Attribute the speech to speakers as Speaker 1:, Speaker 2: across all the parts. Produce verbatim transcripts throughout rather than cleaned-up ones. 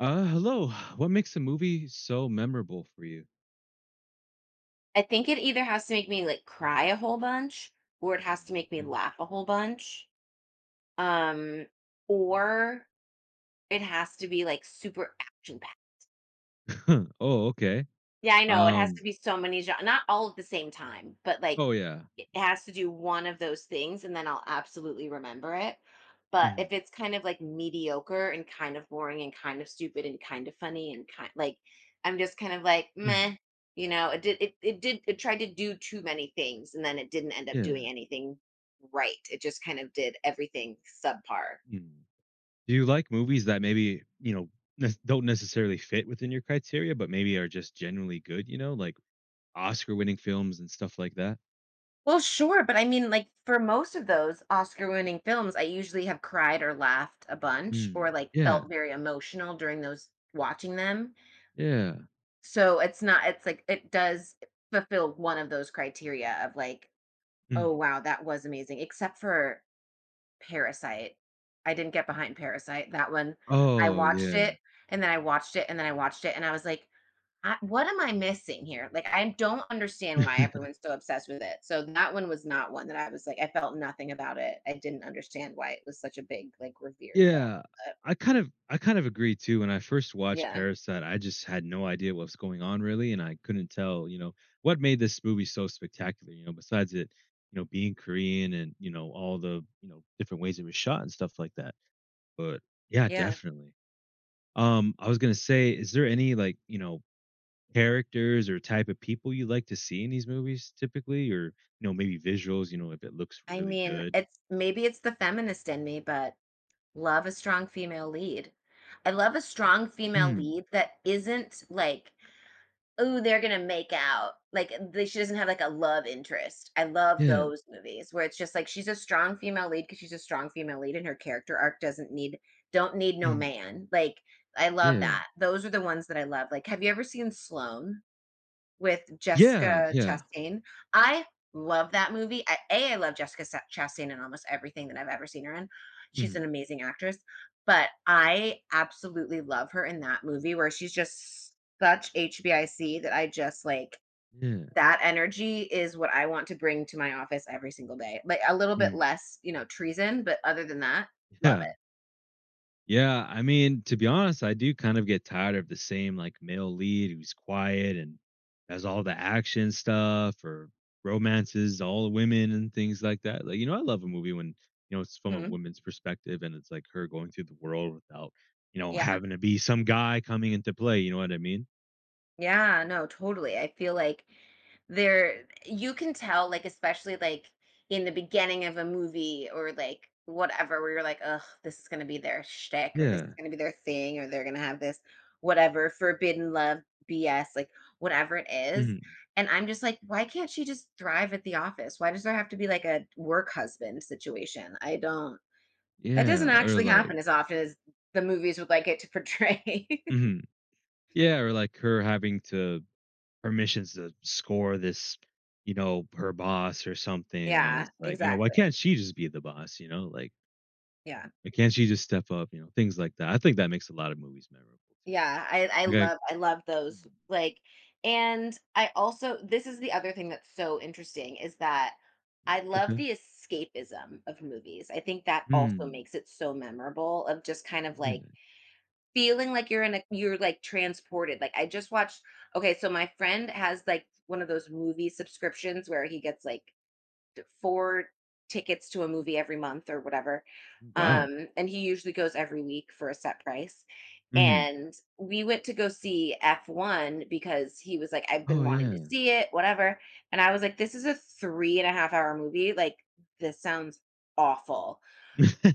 Speaker 1: Uh, hello. What makes a movie so memorable for you?
Speaker 2: I think it either has to make me like cry a whole bunch or it has to make me
Speaker 1: Mm,
Speaker 2: laugh a whole bunch. Um or it has to be like super action packed.
Speaker 1: okay. Mm. Oh, okay.
Speaker 2: Yeah, I know. It has to
Speaker 1: Um.
Speaker 2: be so many genres, not all at the same time, but like
Speaker 1: Oh, yeah.
Speaker 2: it has to do one of those things and then I'll absolutely remember it. But if
Speaker 1: Hmm.
Speaker 2: it's kind of like mediocre and kind of boring and kind of stupid and kind of funny and kind like I'm just kind of like
Speaker 1: Hmm.
Speaker 2: meh, you know, it did it it did it tried to do too many things and then it didn't end up
Speaker 1: Yeah.
Speaker 2: doing anything right. It just kind of did everything subpar.
Speaker 1: Mhm. Do you like movies that maybe you know ne- don't necessarily fit within your criteria, but maybe are just genuinely good? You know, like Oscar-winning films and stuff like that.
Speaker 2: Well, sure, but I mean, like for most of those Oscar-winning films, I usually have cried or laughed a bunch,
Speaker 1: Mm.
Speaker 2: or like
Speaker 1: Yeah.
Speaker 2: felt very emotional during those watching them.
Speaker 1: Yeah.
Speaker 2: So it's not it's like it does fulfill one of those criteria of like, oh
Speaker 1: Mhm.
Speaker 2: wow, that was amazing. Except for Parasite. I didn't get behind Parasite. That one I
Speaker 1: Oh,
Speaker 2: watched
Speaker 1: yeah.
Speaker 2: it and then I watched it and then I watched it and I was like, I, what am I missing here? Like I don't understand why everyone's so obsessed with it. So that one was not one that I was like I felt nothing about it. I didn't understand why it was such a big like revered film.
Speaker 1: Yeah,
Speaker 2: But
Speaker 1: I kind of I kind of agree too. When I first watched
Speaker 2: yeah.
Speaker 1: Parasite, I just had no idea what was going on really, and I couldn't tell, you know, what made this movie so spectacular. You know, besides it, you know, being Korean and you know all the you know different ways it was shot and stuff like that. But yeah,
Speaker 2: Yeah.
Speaker 1: definitely. Um, I was gonna say, is there any like you know characters or type of people you like to see in these movies typically, or you know maybe visuals? You know, if it looks
Speaker 2: I
Speaker 1: really
Speaker 2: mean,
Speaker 1: good.
Speaker 2: it's maybe it's the feminist in me, but love a strong female lead. I love a strong female
Speaker 1: Hmm.
Speaker 2: lead that isn't like, "Oh, they're gonna make out." Like, they she doesn't have, like, a love interest. I love
Speaker 1: Yeah.
Speaker 2: those movies where it's just like she's a strong female lead because she's a strong female lead and her character arc doesn't need don't need no
Speaker 1: Mhm.
Speaker 2: man. Like, I love
Speaker 1: Yeah.
Speaker 2: that. Those are the ones that I love. Like, have you ever seen Sloane? With
Speaker 1: Yeah.
Speaker 2: Jessica
Speaker 1: Yeah.
Speaker 2: Chastain. I love that movie. I A, I love Jessica Sa Chastain in almost everything that I've ever seen her in. She's an
Speaker 1: Mhm.
Speaker 2: amazing actress, but I absolutely love her in that movie where she's just such H B I C that I just, like
Speaker 1: Yeah.
Speaker 2: that energy is what I want to bring to my office every single day. Like, a little bit
Speaker 1: Mm.
Speaker 2: less, you know, treason, but other than that, love
Speaker 1: Yeah. Yeah. I mean, to be honest, I do kind of get tired of the same like male lead who's quiet and has all the action stuff or romances, all the women and things like that. Like, you know, I love a movie when, you know, it's
Speaker 2: it.
Speaker 1: from a
Speaker 2: Mhm.
Speaker 1: woman's perspective and it's like her going through the world without, you know,
Speaker 2: Yeah.
Speaker 1: having to be some guy coming into play. You know what I mean?
Speaker 2: Yeah, no, totally. I feel like there you can tell like especially like in the beginning of a movie or like whatever where you're like, "Ugh, this is going to be their shtick or this is
Speaker 1: Yeah.
Speaker 2: going to be their thing or they're going to have this whatever forbidden love B S like whatever it is."
Speaker 1: Hmm.
Speaker 2: And I'm just like, "Why can't she just thrive at the office? Why does there have to be like a work husband situation?" I don't. That doesn't
Speaker 1: Yeah. Or
Speaker 2: actually
Speaker 1: like,
Speaker 2: happen as often as the movies would like it to portray.
Speaker 1: mhm, yeah. Or like her having to permissions to score this, you know, her boss or something, and
Speaker 2: Yeah,
Speaker 1: it's like, you know, why can't
Speaker 2: exactly.
Speaker 1: she just be the boss, you know? Like,
Speaker 2: Yeah.
Speaker 1: why can't she just step up, you know, things like that. I think that makes a lot of movies memorable too.
Speaker 2: Yeah, I I
Speaker 1: Okay,
Speaker 2: love I love those, like and I also this is the other thing that's so interesting is that I love
Speaker 1: okay.
Speaker 2: the escapism of movies. I think that also
Speaker 1: Mm,
Speaker 2: makes it so memorable of just kind of like
Speaker 1: yeah.
Speaker 2: feeling like you're in a you're like transported. Like I just watched okay, so my friend has like one of those movie subscriptions where he gets like four tickets to a movie every month or whatever.
Speaker 1: Wow.
Speaker 2: Um, and he usually goes every week for a set price.
Speaker 1: Mhm.
Speaker 2: And we went to go see F one because he was like, I've been
Speaker 1: Oh,
Speaker 2: wanting to
Speaker 1: yeah.
Speaker 2: see it, whatever. And I was like, this is a three and a half hour movie. Like, this sounds awful.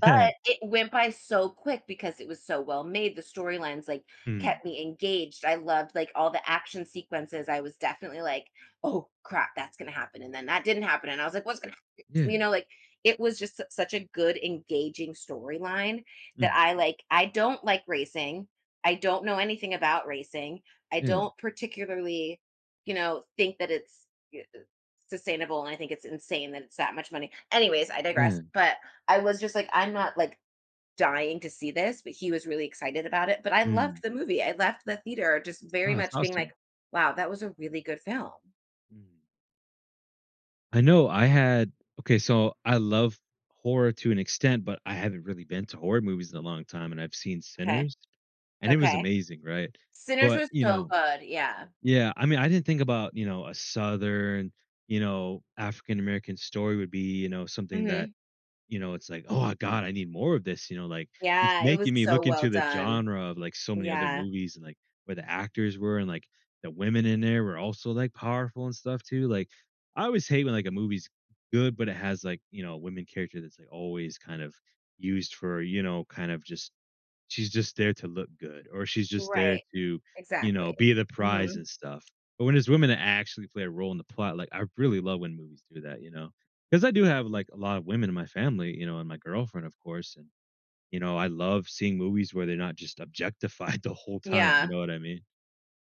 Speaker 2: But it went by so quick because it was so well made, the storylines, like,
Speaker 1: Mm,
Speaker 2: kept me engaged, I loved, like, all the action sequences, I was definitely like, "Oh, crap, that's gonna happen," and then that didn't happen, and I was like, "What's gonna happen?"
Speaker 1: yeah.
Speaker 2: You know, like, it was just su such a good engaging storyline that
Speaker 1: Mhm.
Speaker 2: I, like I don't like racing, I don't know anything about racing, I
Speaker 1: Yeah,
Speaker 2: don't particularly, you know, think that it's, eh, uh, sustainable, and I think it's insane that it's that much money. Anyways, I digress,
Speaker 1: yeah.
Speaker 2: but I was just like, I'm not like dying to see this, but he was really excited about it. But I loved
Speaker 1: Mm.
Speaker 2: the movie. I left the theater just
Speaker 1: Wow,
Speaker 2: very
Speaker 1: that's
Speaker 2: much being like,
Speaker 1: awesome.
Speaker 2: wow, that was a really good film.
Speaker 1: Mm. I know I had Okay, so I love horror to an extent, but I haven't really been to horror movies in a long time, and I've seen
Speaker 2: Okay.
Speaker 1: Sinners. And it was
Speaker 2: Okay.
Speaker 1: amazing, right?
Speaker 2: Sinners
Speaker 1: But,
Speaker 2: was
Speaker 1: you
Speaker 2: so
Speaker 1: know,
Speaker 2: good. Yeah.
Speaker 1: yeah, I mean, I didn't think about, you know, a Southern, you know, African American story would be, you know, something that,
Speaker 2: Hmm.
Speaker 1: you know, it's like, "Oh god, I need more of this," you know, like, it's
Speaker 2: Yeah. It was
Speaker 1: making me
Speaker 2: so
Speaker 1: look
Speaker 2: well
Speaker 1: into the
Speaker 2: done.
Speaker 1: genre of, like, so many other
Speaker 2: Yeah.
Speaker 1: movies and, like, where the actors were and, like, the women in there were also, like, powerful and stuff too, like, I always hate when, like, a movie's good, but it has, like, you know, a women character that's, like, always kind of used for, you know, kind of just she's just there to look good or she's just there
Speaker 2: Right.
Speaker 1: to, you
Speaker 2: Exactly.
Speaker 1: know, be the
Speaker 2: Hmm.
Speaker 1: prize and stuff. But when there's women that actually play a role in the plot, like I really love when movies do that, you know, because I do have like a lot of women in my family, you know, and my girlfriend, of course. And, you know, I love seeing movies where they're not just objectified the whole time. You
Speaker 2: Yeah.
Speaker 1: know what I mean?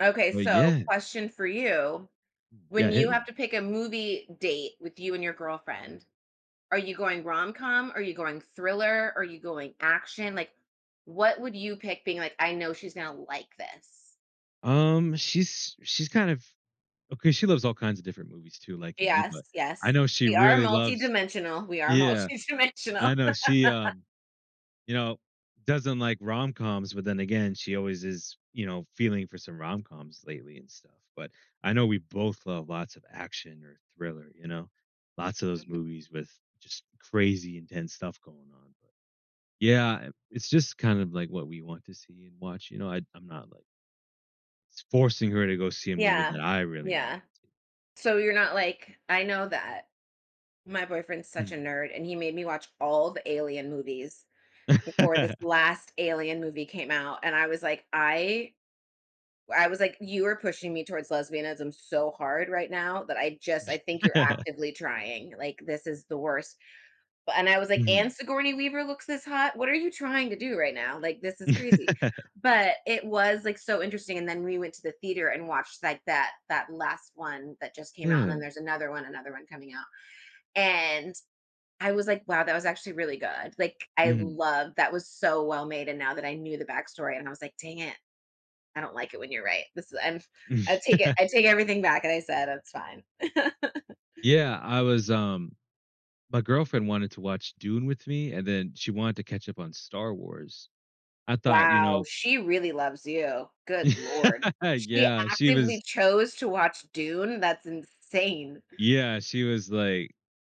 Speaker 2: Okay.
Speaker 1: But
Speaker 2: So,
Speaker 1: yeah,
Speaker 2: question for you,
Speaker 1: yeah,
Speaker 2: when
Speaker 1: hit
Speaker 2: you have
Speaker 1: me.
Speaker 2: to pick a movie date with you and your girlfriend, are you going rom-com? Are you going thriller? Are you going action? Like, what would you pick being like, "I know she's gonna like this?"
Speaker 1: Um, she's she's kind of Okay. She loves all kinds of different movies too, like me.
Speaker 2: Yes,
Speaker 1: But I
Speaker 2: yes.
Speaker 1: know she
Speaker 2: We are
Speaker 1: really loves.
Speaker 2: multidimensional. We are
Speaker 1: Yeah,
Speaker 2: multidimensional.
Speaker 1: I know she, um, you know, doesn't like rom-coms, but then again, she always is, you know, feeling for some rom-coms lately and stuff. But I know we both love lots of action or thriller, you know. Lots of those
Speaker 2: Mhm.
Speaker 1: movies with just crazy intense stuff going on. But yeah, it's just kind of like what we want to see and watch, you know. I I'm not like forcing her to go see a movie that
Speaker 2: Yeah.
Speaker 1: I really want
Speaker 2: Yeah. So you're not like, "I know that my boyfriend's
Speaker 1: to
Speaker 2: such a
Speaker 1: see.
Speaker 2: nerd, and he made me watch all the Alien movies before
Speaker 1: Mm.
Speaker 2: this last Alien movie came out," and I was like, "I I was like, "You are pushing me towards lesbianism so hard right now that I just I think you're actively trying, like, this is the worst." But and I was like, "And
Speaker 1: Mhm.
Speaker 2: Sigourney Weaver looks this hot? What are you trying to do right now? Like, this is crazy." But it was, like, so interesting, and then we went to the theater and watched, like, that that last one that just came out, and then
Speaker 1: Yeah.
Speaker 2: there's another one, another one coming out, and I was like, "Wow, that was actually really good." Like, I
Speaker 1: Mhm.
Speaker 2: love that was so well made, and now that I knew the backstory and I was like, "Dang it, I don't like it when you're right. This is I'm I take it I take everything back and I said. That's fine."
Speaker 1: Yeah, I was, um My girlfriend wanted to watch Dune with me, and then she wanted to catch up on Star Wars. I thought, you
Speaker 2: Wow,
Speaker 1: know.
Speaker 2: she really loves you. Good lord. She
Speaker 1: Yeah, she
Speaker 2: actively
Speaker 1: was
Speaker 2: chose to watch Dune? That's insane.
Speaker 1: yeah, she was like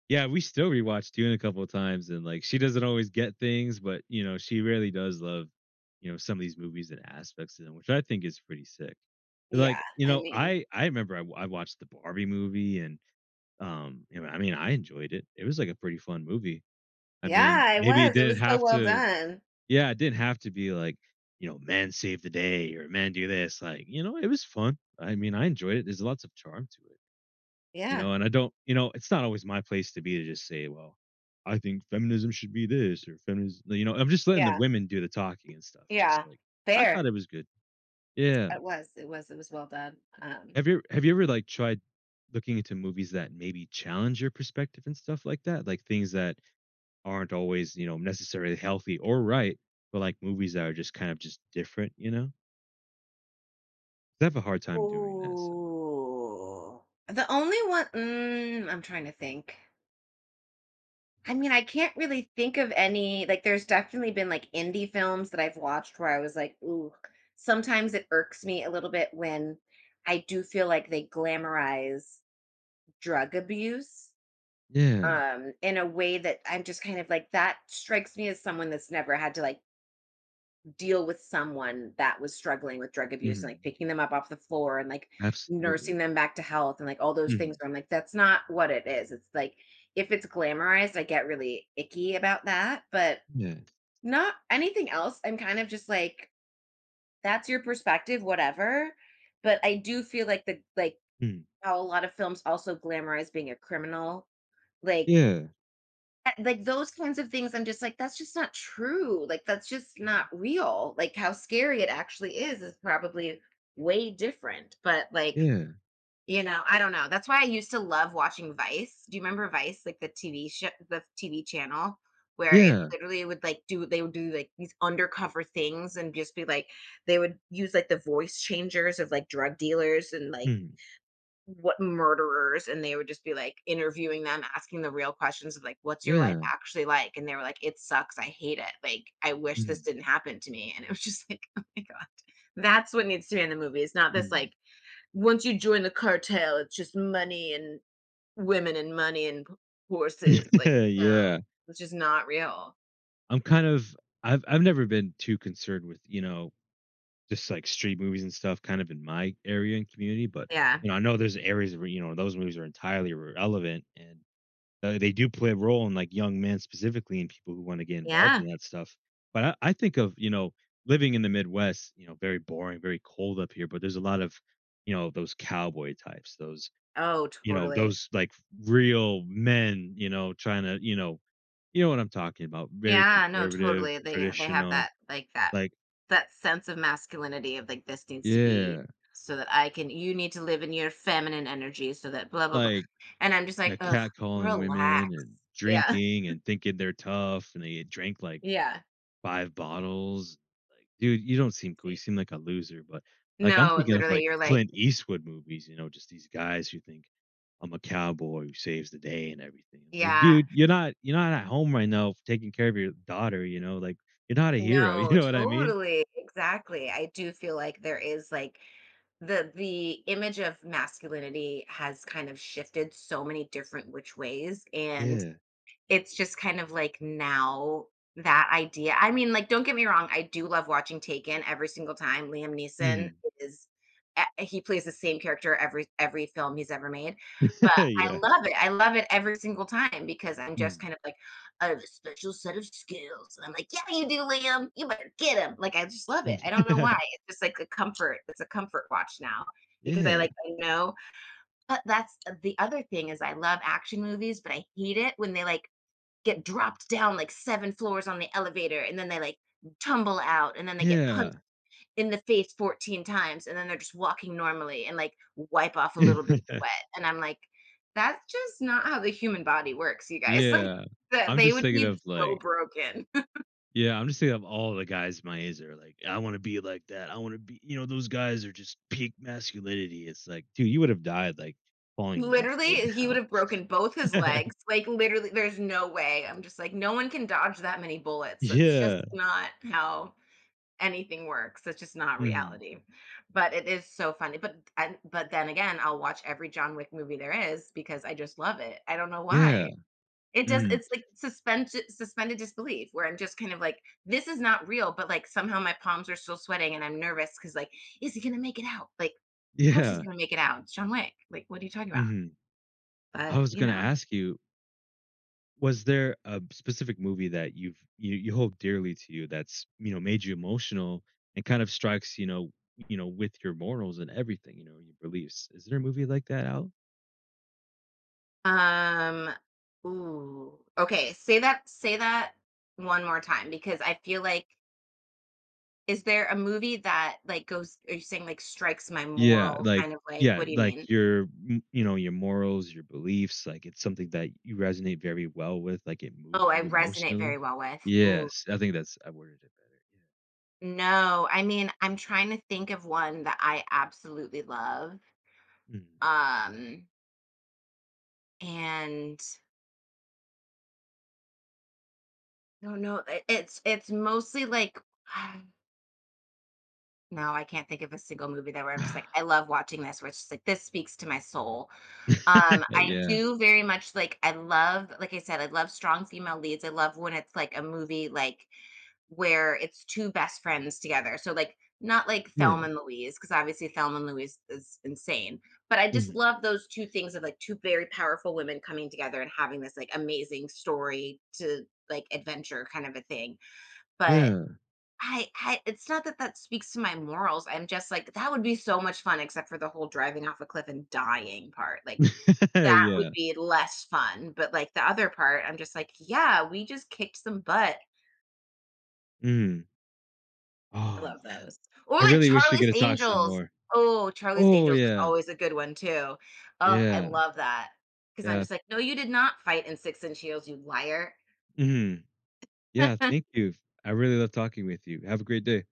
Speaker 1: yeah, we still rewatched Dune a couple of times, and like she doesn't always get things, but you know she really does love, you know, some of these movies and aspects of them, which I think is pretty sick.
Speaker 2: Yeah,
Speaker 1: Like you
Speaker 2: I
Speaker 1: know,
Speaker 2: mean,
Speaker 1: I I remember I, w- I watched the Barbie movie, and um, you know, I mean, I enjoyed it. It was like a pretty fun movie. I mean,
Speaker 2: yeah, it
Speaker 1: maybe it
Speaker 2: was. It
Speaker 1: didn't
Speaker 2: was so
Speaker 1: have
Speaker 2: well
Speaker 1: to.
Speaker 2: done.
Speaker 1: Yeah, it didn't have to be like, you know, "Man save the day" or "Man do this," like, you know, it was fun. I mean, I enjoyed it. There's lots of charm to it, you
Speaker 2: Yeah,
Speaker 1: know, and I don't you know, it's not always my place to be to just say, "Well, I think feminism should be this," or "Feminism," you know, I'm just letting the
Speaker 2: yeah,
Speaker 1: women do the talking and stuff, just
Speaker 2: yeah.
Speaker 1: like I
Speaker 2: Fair.
Speaker 1: thought it was good. Yeah.
Speaker 2: It was, it was, it was well done. Um,
Speaker 1: Have you have you ever, like, tried looking into movies that maybe challenge your perspective and stuff like that? Like, things that aren't always, you know, necessarily healthy or right, but, like, movies that are just kind of just different, you know? I have a hard time doing that, so.
Speaker 2: ooh. The only one, mm, I'm trying to think. I mean, I can't really think of any like, there's definitely been, like, indie films that I've watched where I was like, "Ooh." Sometimes it irks me a little bit when I do feel like they glamorize drug abuse,
Speaker 1: Yeah.
Speaker 2: um, in a way that I'm just kind of like, that strikes me as someone that's never had to, like, deal with someone that was struggling with drug abuse and like
Speaker 1: Mhm.
Speaker 2: picking them up off the floor and like nursing
Speaker 1: Absolutely.
Speaker 2: them back to health and like all those things
Speaker 1: Mhm.
Speaker 2: where I'm like, that's not what it is. It's like if it's glamorized, I get really icky about that. But
Speaker 1: Yeah.
Speaker 2: not anything else. I'm kind of just like, that's your perspective, whatever. But I do feel like the like
Speaker 1: Mhm.
Speaker 2: how a lot of films also glamorize being a criminal. Like,
Speaker 1: Yeah.
Speaker 2: I- like those kinds of things, I'm just like, that's just not true, like that's just not
Speaker 1: Mhm.
Speaker 2: real, like how scary it actually is is probably way different, but like,
Speaker 1: Yeah.
Speaker 2: you know, I don't know, that's why I used to love watching Vice. Do you remember Vice, like the TV show, the TV channel, where it
Speaker 1: Yeah.
Speaker 2: literally would like do they would do like these undercover things and just be like they would use like the voice changers of like drug dealers and like
Speaker 1: Mhm.
Speaker 2: what murderers, and they would just be, like, interviewing them, asking the real questions of, like, "What's your life
Speaker 1: Yeah.
Speaker 2: actually like?" And they were like, "It sucks, I hate it, like, I wish this
Speaker 1: Mhm.
Speaker 2: didn't happen to me," and it was just like, "Oh my god." That's what needs to be in the movie, it's not this,
Speaker 1: Mhm.
Speaker 2: like, once you join the cartel, it's just money and women and money and h horses, like, no,
Speaker 1: Yeah.
Speaker 2: it's just not real.
Speaker 1: I'm kind of I've I've never been too concerned with, you know, just, like, street movies and stuff kind of in my area and community, but,
Speaker 2: Yeah.
Speaker 1: you know, I know there's areas where, you know, those movies are entirely irrelevant and Uh, they do play a role in, like, young men specifically and people who wanna get involved
Speaker 2: Yeah.
Speaker 1: in that stuff. But I I think of, you know, living in the Midwest, you know, very boring, very cold up here, but there's a lot of, you know, those cowboy types, those,
Speaker 2: Oh,
Speaker 1: you know,
Speaker 2: totally.
Speaker 1: those, like, real men, you know, trying to, you know you know what I'm talking about, very
Speaker 2: Yeah, no,
Speaker 1: conservative,
Speaker 2: totally. They they have
Speaker 1: traditional,
Speaker 2: that like that
Speaker 1: like.
Speaker 2: that sense of masculinity of like this needs to be
Speaker 1: Yeah,
Speaker 2: so that I can you need to live in your feminine energy so that blah blah blah.
Speaker 1: like,
Speaker 2: And I'm just like,
Speaker 1: yeah,
Speaker 2: ugh,
Speaker 1: catcalling
Speaker 2: relax.
Speaker 1: women and
Speaker 2: Yeah.
Speaker 1: drinking and thinking they're tough, and they drank, like,
Speaker 2: Yeah,
Speaker 1: five bottles. Like, dude, you don't seem cool, you
Speaker 2: exactly.
Speaker 1: seem like a loser, but, like, I'm
Speaker 2: No,
Speaker 1: thinking of,
Speaker 2: literally
Speaker 1: like,
Speaker 2: you're like,
Speaker 1: Clint Eastwood movies, you know, just these guys who think, "I'm a cowboy who saves the day and everything." I'm like,
Speaker 2: yeah,
Speaker 1: "Dude, you're not you're not at home right now taking care of your daughter, you know, like, you're not a hero." You
Speaker 2: no,
Speaker 1: know what I mean?
Speaker 2: totally. Exactly. I do feel like there is like the the image of masculinity has kind of shifted so many different which ways. And
Speaker 1: Yeah.
Speaker 2: it's just kind of like now that idea, I mean, like, don't get me wrong, I do love watching Taken every single time. Liam Neeson
Speaker 1: Mhm.
Speaker 2: is a he plays the same character every every film he's ever made, but
Speaker 1: Yeah.
Speaker 2: I love it. I love it every single time because I'm just
Speaker 1: Mm.
Speaker 2: kind of like, "I have a special set of skills," and I'm like, "Yeah, you do, Liam. You better get him." Like, I just love it. I don't know why. It's just like a comfort. It's a comfort watch now because I,
Speaker 1: Yeah.
Speaker 2: like, I know but that's uh, the other thing is I love action movies, but I hate it when they, like, get dropped down like seven floors on the elevator, and then they, like, tumble out, and then they get punched
Speaker 1: Yeah.
Speaker 2: in the face fourteen times, and then they're just walking normally and, like, wipe off a little bit of
Speaker 1: Yeah.
Speaker 2: sweat, and I'm like, "That's just not how the human body works, you guys." Like,
Speaker 1: Yeah.
Speaker 2: that
Speaker 1: I'm
Speaker 2: they
Speaker 1: just
Speaker 2: would
Speaker 1: thinking
Speaker 2: be
Speaker 1: of,
Speaker 2: so
Speaker 1: like.
Speaker 2: broken.
Speaker 1: Yeah, I'm just thinking of all the guys my age that are like, "I wanna be like that. I wanna be," you know, those guys are just peak masculinity. It's like, dude, you would have died, like, falling one floor
Speaker 2: Literally, he would
Speaker 1: down.
Speaker 2: have broken both his legs, like, literally, there's no way. I'm just like, "No one can dodge that many bullets. That's just
Speaker 1: Yeah.
Speaker 2: not how anything works. It's just not
Speaker 1: Mhm.
Speaker 2: reality." But it is so funny. But and but then again, I'll watch every John Wick movie there is because I just love it. I don't know
Speaker 1: Yeah.
Speaker 2: why. It does
Speaker 1: Mhm.
Speaker 2: it's like suspended suspended disbelief where I'm just kind of like, this is not real, but like somehow my palms are still sweating and I'm nervous because like, is he gonna make it out? Like, of course he's
Speaker 1: Yeah.
Speaker 2: gonna make it out. It's John Wick. Like, what are you talking about?
Speaker 1: Mhm. I
Speaker 2: But
Speaker 1: was
Speaker 2: you
Speaker 1: gonna
Speaker 2: know.
Speaker 1: ask you, was there a specific movie that you've you you hold dearly to you that's, you know, made you emotional and kind of strikes, you know, you know, with your morals and everything, you know, your beliefs? Is there a movie like that out?
Speaker 2: Um, ooh. Okay, say that say that one more time because I feel like is there a movie that, like, goes are you saying, like, strikes my
Speaker 1: Yeah,
Speaker 2: moral
Speaker 1: like,
Speaker 2: kind of like what
Speaker 1: yeah,
Speaker 2: do you
Speaker 1: like
Speaker 2: mean?
Speaker 1: your m- you know, your morals, your beliefs, like it's something that you resonate very well with, like it
Speaker 2: Oh,
Speaker 1: moved
Speaker 2: I
Speaker 1: you
Speaker 2: resonate very
Speaker 1: emotionally.
Speaker 2: well with. Ooh.
Speaker 1: Yes, I think that's I worded it better.
Speaker 2: No, I mean, I'm trying to think of one that I absolutely love,
Speaker 1: Yeah.
Speaker 2: um, and I don't know, I it's it's mostly like no, I can't think of a single movie that where I'm
Speaker 1: Mm.
Speaker 2: just like, "I love watching this," where it's just like, "This speaks to my soul." Um, I
Speaker 1: Yeah.
Speaker 2: do very much like I love like I said, I love strong female leads. I love when it's like a movie like where it's two best friends together. So like not like
Speaker 1: Yeah.
Speaker 2: Thelma and Louise, because obviously Thelma and Louise is insane. But I just
Speaker 1: Mm.
Speaker 2: love those two things of like two very powerful women coming together and having this like amazing story to like adventure kind of a thing. But
Speaker 1: Yeah.
Speaker 2: I, I it's not that that speaks to my morals. I'm just like that would be so much fun, except for the whole driving off a cliff and dying part. Like that would
Speaker 1: Yeah.
Speaker 2: be less fun. But like the other part, I'm just like, yeah, we just kicked some butt.
Speaker 1: Mm.
Speaker 2: I
Speaker 1: Oh
Speaker 2: love
Speaker 1: man.
Speaker 2: those. Or
Speaker 1: I
Speaker 2: like
Speaker 1: really wish we
Speaker 2: Charlie's
Speaker 1: could have talked some
Speaker 2: Angels.
Speaker 1: more.
Speaker 2: Oh, Charlie's
Speaker 1: Oh
Speaker 2: Angels is
Speaker 1: yeah.
Speaker 2: always a good one too. Oh, I
Speaker 1: Yeah.
Speaker 2: love that because 'Cause I'm
Speaker 1: Yeah.
Speaker 2: just like, "No, you did not fight in six inch heels, you liar."
Speaker 1: Mm. Yeah, thank you. I really love talking with you. Have a great day.